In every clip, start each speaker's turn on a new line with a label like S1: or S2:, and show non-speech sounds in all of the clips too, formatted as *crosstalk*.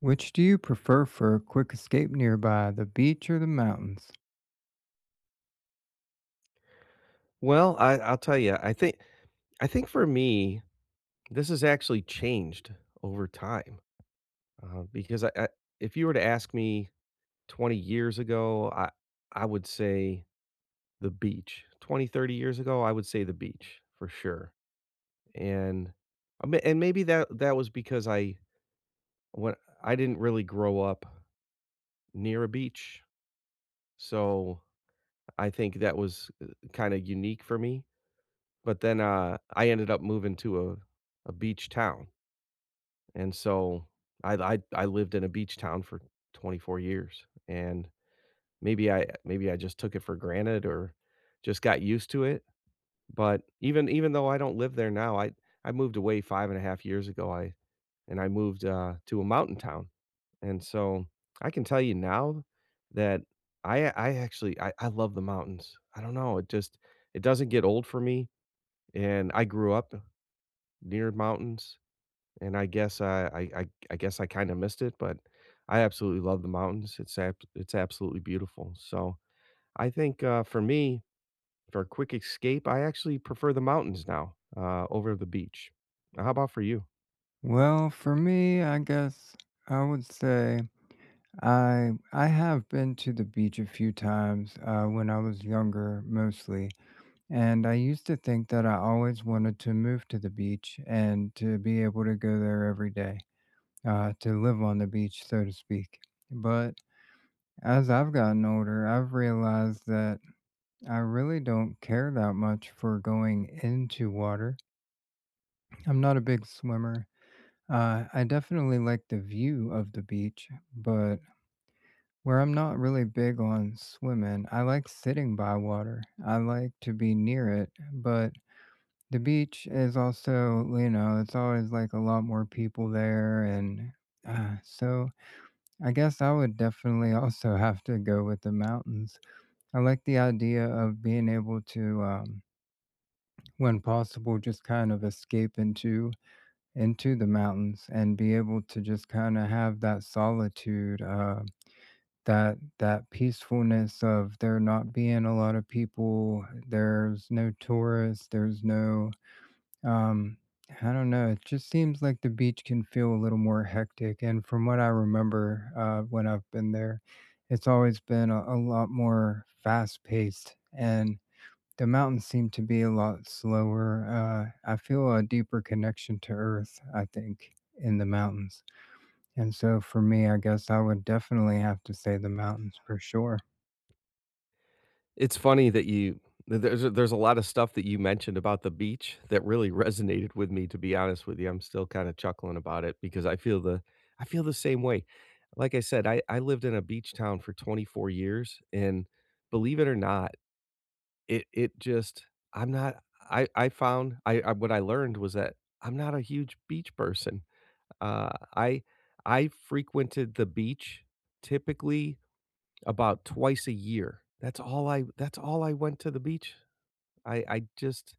S1: Which do you prefer for a quick escape nearby, the beach or the mountains?
S2: Well, I'll tell you, I think for me, this has actually changed over time, because I, if you were to ask me 20 years ago, I would say the beach. 20, 30 years ago, I would say the beach for sure. And I mean, and maybe that was because when I didn't really grow up near a beach, so I think that was kind of unique for me. But then I ended up moving to a beach town. And so I lived in a beach town for 24 years, and maybe I just took it for granted or just got used to it. But even though I don't live there now, I moved away five and a half years ago. I moved to a mountain town, and so I can tell you now that I actually I love the mountains. I don't know. It just it doesn't get old for me, and I grew up near mountains, and I guess I guess I kind of missed it, but I absolutely love the mountains. It's it's absolutely beautiful. So I think for me, for a quick escape, I actually prefer the mountains now over the beach. How about for you?
S1: Well, for me, I guess I would say I have been to the beach a few times when I was younger, mostly, and I used to think that I always wanted to move to the beach and to be able to go there every day, to live on the beach, so to speak. But as I've gotten older, I've realized that I really don't care that much for going into water. I'm not a big swimmer. I definitely like the view of the beach, but where I'm not really big on swimming, I like sitting by water. I like to be near it, but the beach is also, you know, it's always like a lot more people there. And so I guess I would definitely also *laughs* have to go with the mountains. I like the idea of being able to, when possible, just kind of escape into the mountains and be able to just kind of have that solitude, that peacefulness of there not being a lot of people. There's no tourists. There's no um, I don't know. It just seems like the beach can feel a little more hectic. And from what I remember when I've been there, it's always been a lot more fast paced, and the mountains seem to be a lot slower. I feel a deeper connection to earth, I think, in the mountains, and so for me, I guess I would definitely have to say the mountains for sure.
S2: It's funny that you there's a lot of stuff that you mentioned about the beach that really *laughs* resonated with me. To be honest with you, I'm still kind of chuckling about it because I feel the same way. Like I said, I lived in a beach town for 24 years, and believe it or not, it just I'm not I I found I what I learned was that I'm not a huge beach person. Uh, I I frequented the beach typically about twice a year. That's all I went to the beach. I just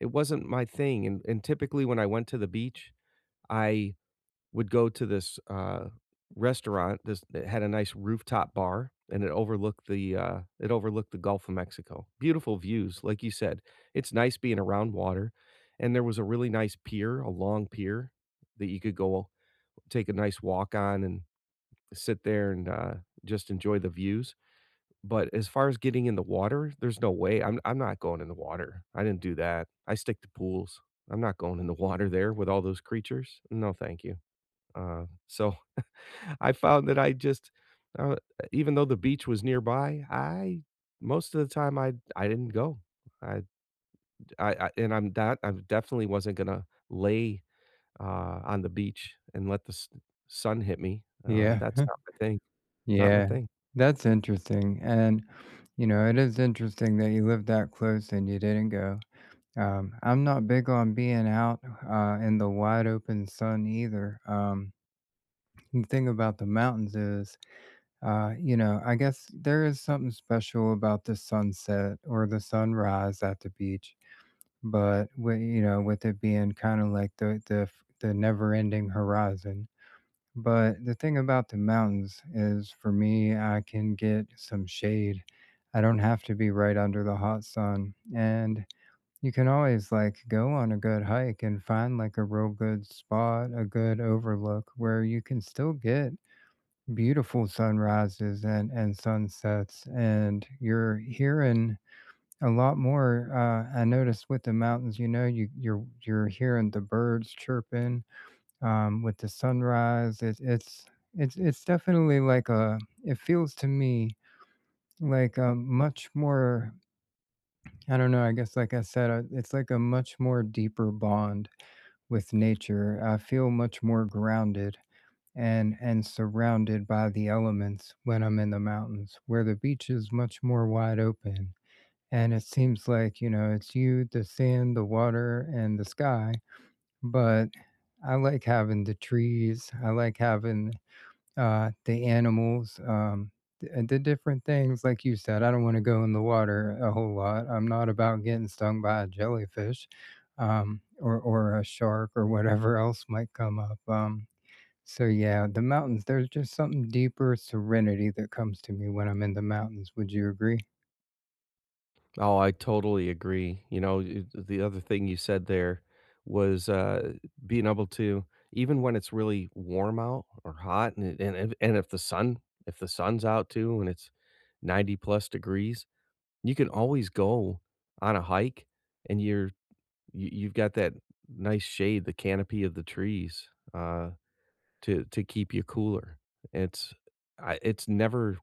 S2: it wasn't my thing, and typically when I went to the beach, I would go to this, restaurant. This it had a nice rooftop bar, and it overlooked the Gulf of Mexico. Beautiful views, like you said. It's nice being around water, and there was a really nice pier, a long pier that you could go take a nice walk on and sit there and, just enjoy the views, but as far as getting in the water, there's no way. I'm not going in the water. I didn't do that. I stick to pools. I'm not going in the water there with all those creatures. No, thank you. So *laughs* I found that I just uh, even though the beach was nearby, I most of the time I didn't go. I I and I'm that I definitely wasn't gonna lay on the beach and let the sun hit me.
S1: Yeah,
S2: That's not my thing. Not my
S1: yeah,
S2: thing.
S1: that's interesting, and, it is interesting that you lived that close and you didn't go. I'm not big on being out, in the wide open sun either. The thing about the mountains is you know, I guess there is something special about the sunset or the sunrise at the beach, but with, you know, with it being kind of like the never-ending horizon. But the thing about the mountains is for me, I can get some shade. I don't have to be right under the hot sun. And you can always like go on a good hike and find like a real good spot, a good overlook where you can still get beautiful sunrises and sunsets, and you're hearing a lot more. I noticed with the mountains, you know, you're hearing the birds chirping. With the sunrise it's definitely like a, it feels to me like a much more, I don't know, I guess, like I said, it's like a much more deeper bond with nature. I feel much more grounded and surrounded by the elements when I'm in the mountains, where the beach is much more wide open. And it seems like, you know, it's you, the sand, the water, and the sky. But I like having the trees. I like having the animals, and the different things. Like you said, I don't want to go in the water a whole lot. I'm not about getting stung by a jellyfish. Or a shark or whatever *laughs* else might come up. So yeah, the mountains, there's just something deeper serenity that comes to me when I'm in the mountains. Would you agree?
S2: Oh, I totally agree. You know, the other thing you said there was being able to even when it's really warm out or hot, and if the sun if the sun's out too, and it's 90 plus degrees, you can always go on a hike and you've got that nice shade, the canopy of the trees, uh, to keep you cooler. It's I it's never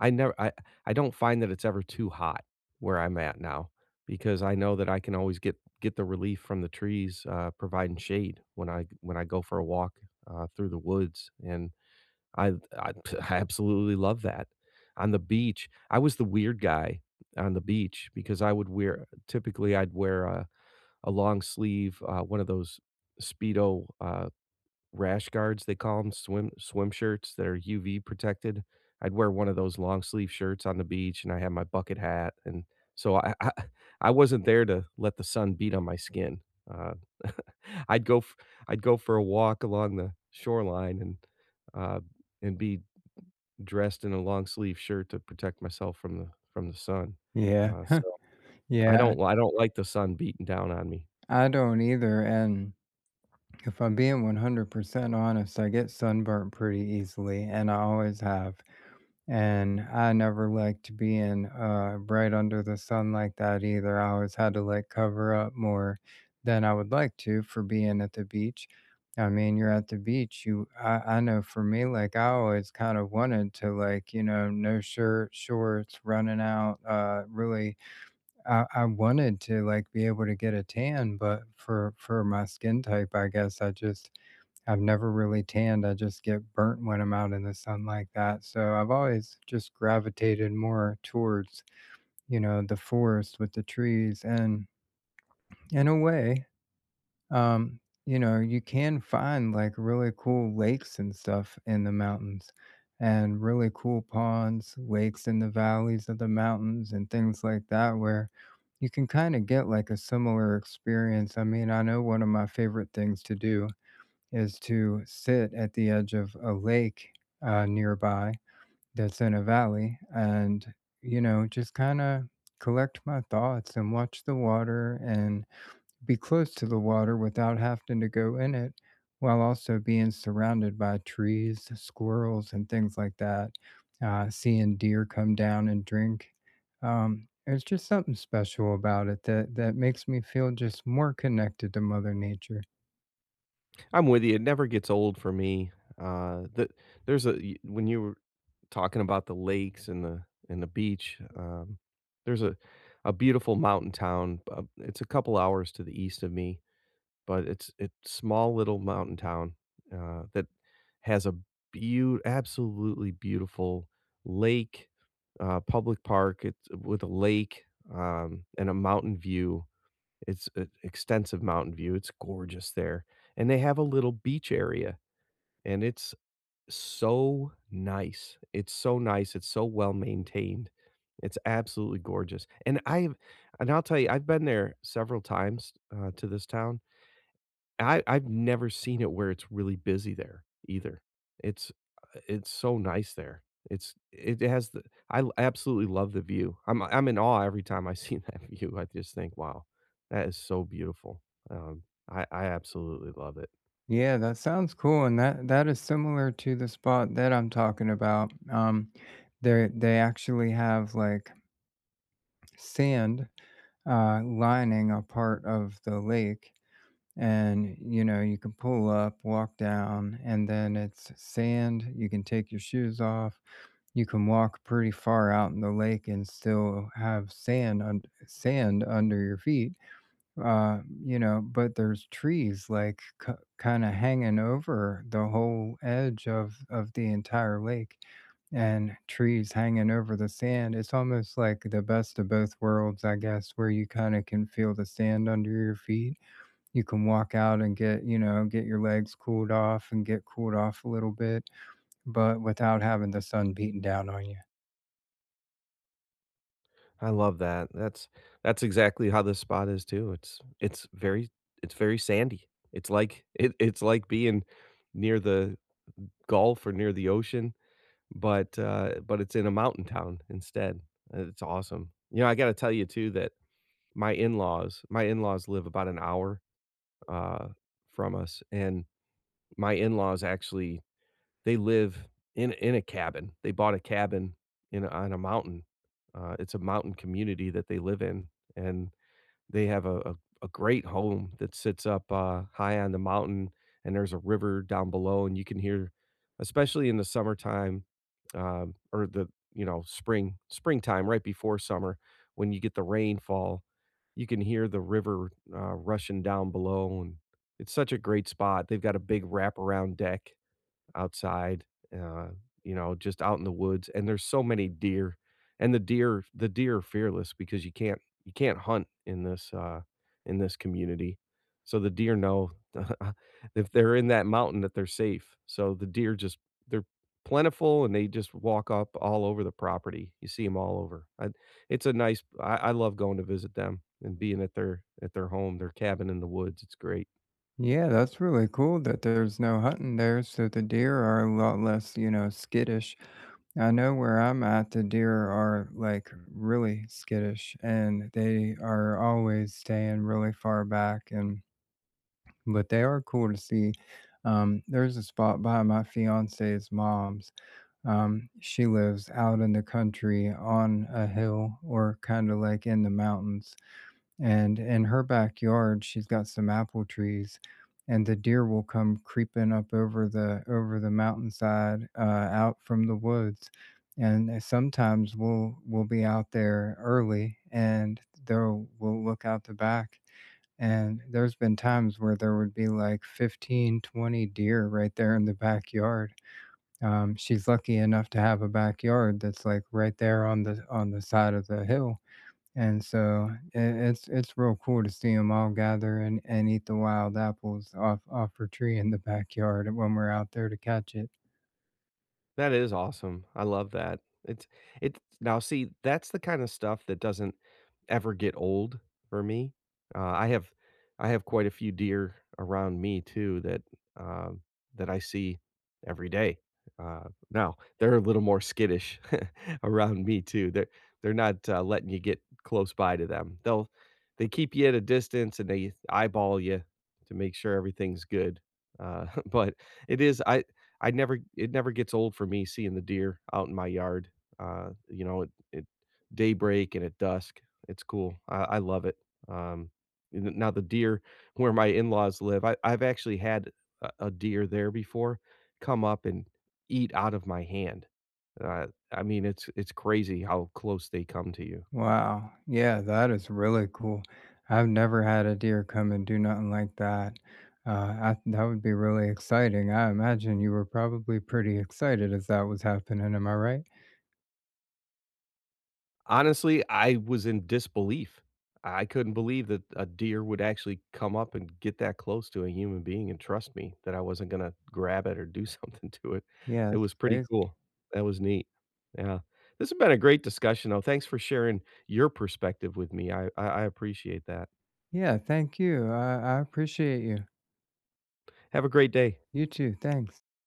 S2: I never I I don't find that it's ever too hot where I'm at now because I know that I can always get the relief from the trees providing shade when I go for a walk through the woods, and I absolutely love that. On the beach, I was the weird guy on the beach because I would wear typically, I'd wear a long sleeve, one of those Speedo, rash guards, they call them swim shirts that are UV protected. I'd wear one of those long sleeve shirts on the beach, and I had my bucket hat, and so I I wasn't there to let the sun beat on my skin. Uh, *laughs* I'd go f I'd go for a walk along the shoreline uh, and be dressed in a long sleeve shirt to protect myself from the sun.
S1: Yeah.
S2: Uh,
S1: *laughs*
S2: so *laughs*
S1: Yeah,
S2: I don't like the sun beating down on me.
S1: I don't either. And if I'm being 100% honest, I get sunburnt pretty easily, and I always have. And I never liked to be in bright under the sun like that either. I always had to like cover up more than I would like to for being at the beach. I mean, you're at the beach. You, I know for me, like I always kind of wanted to, like, you know, no shirt, shorts, running out, really I wanted to, like, be able to get a tan, but for my skin type, I guess I just, I've never really tanned, I just get burnt when I'm out in the sun like that, so I've always just gravitated more towards, you know, the forest with the trees, and in a way, um, you know, you can find like really cool lakes and stuff in the mountains, and really cool ponds, lakes in the valleys of the mountains and things like that, where you can kind of get like a similar experience. I mean, I know one of my favorite things to do is to sit at the edge of a lake, nearby, that's in a valley, and, you know, just kind of collect my thoughts and watch the water and be close to the water without having to go in it, while also being surrounded by trees, squirrels, and things like that. Seeing deer come down and drink. There's just something special about it that that makes me feel just more connected to Mother Nature.
S2: I'm with you. It never gets old for me. Uh, the, there's a when you were talking about the lakes and the beach. There's a beautiful mountain town. It's a couple hours to the east of me, but it's small little mountain town, that has a beau absolutely beautiful lake, public park, it's with a lake, and a mountain view. It's an extensive mountain view, it's gorgeous there, and they have a little beach area, and it's so nice. It's so nice, it's so well maintained. It's absolutely gorgeous, and I'll tell you, I've been there several times, to this town. I've never seen it where it's really busy there either. It's it's so nice there. It has absolutely love the view. I'm in awe every time I see *laughs* that view. I just think, wow, that is so beautiful. Um, I absolutely love it.
S1: Yeah, that sounds cool, and that is similar to the spot that I'm talking about. They actually have like sand lining a part of the lake, and you know, you can pull up, walk down, and then it's sand, you can take your shoes off, you can walk pretty far out in the lake and still have sand under your feet. You know, but there's trees like kind of hanging over the whole edge of the entire lake, and trees hanging over the sand. It's almost like the best of both worlds, I guess, where you kind of can feel the sand under your feet, you can walk out and get, you know, get your legs cooled off and get cooled off a little bit, but without having the sun beating down on you.
S2: I love that. That's exactly how this spot is too. It's very sandy. It's it's like being near the Gulf or near the ocean. But it's in a mountain town instead. It's awesome. You know, I gotta tell you too that my in-laws live about an hour, uh, from us, and my in-laws actually they live in a cabin. They bought a cabin in on a mountain. It's a mountain community that they live in, and they have a great home that sits up, high on the mountain, and there's a river down below, and you can hear especially in the summertime, or the, you know, springtime right before summer, when you get the rainfall, you can hear the river, rushing down below, and it's such a great spot. They've got a big wraparound deck outside, uh, you know, just out in the woods, and there's so many deer, and the deer are fearless because you can't hunt in this community, so the deer know *laughs* if they're in that mountain that they're safe, so the deer just they're plentiful, and they just walk up all over the property, you see them all over. I It's a nice I love going to visit them and being at their home, their cabin in the woods. It's great.
S1: Yeah, that's really cool that there's no hunting there, so the deer are a lot less, you know, skittish. I know where I'm at, the deer are like really skittish and they are always staying really far back, and but they are cool to see. There's a spot by my fiance's mom's. She lives out in the country on a hill or kind of like in the mountains. And in her backyard, she's got some apple trees, and the deer will come creeping up over the mountainside, out from the woods. And sometimes we'll be out there early, and they'll we'll look out the back, and there's been times where there would be like 15, 20 deer right there in the backyard. She's lucky enough to have a backyard that's like right there on the side of the hill, and so it's it's real cool to see them all gather and eat the wild apples off off her tree in the backyard when we're out there to catch it.
S2: That is awesome. I love that. It's it's Now see, that's the kind of stuff that doesn't ever get old for me. Uh, I have I have quite a few deer around me too, that um, that I see every day. Uh, Now they're a little more skittish *laughs* around me too. They're not letting you get close by to them. They keep you at a distance and they eyeball you to make sure everything's good. *laughs* But it is I never it never gets old for me seeing the deer out in my yard, you know, at at daybreak and at dusk. It's cool. I love it. Um, n Now the deer where my in-laws live, I've actually had a deer there before come up and eat out of my hand. I mean, it's crazy how close they come to you.
S1: Wow, yeah, that is really cool. I've never had a deer come and do nothing like that. That would be really exciting. I imagine you were probably pretty excited as that was happening. Am I right?
S2: Honestly, I was in disbelief. I couldn't believe that a deer would actually come up and get that close to a human being and trust me that I wasn't gonna grab it or do *laughs* something to it.
S1: Yeah,
S2: It
S1: that's
S2: was pretty
S1: crazy.
S2: cool. That was neat. Yeah. This has been a great discussion, though. Thanks for sharing your perspective with me. I appreciate that.
S1: Yeah, thank you. I appreciate you.
S2: Have a great day.
S1: You too. Thanks.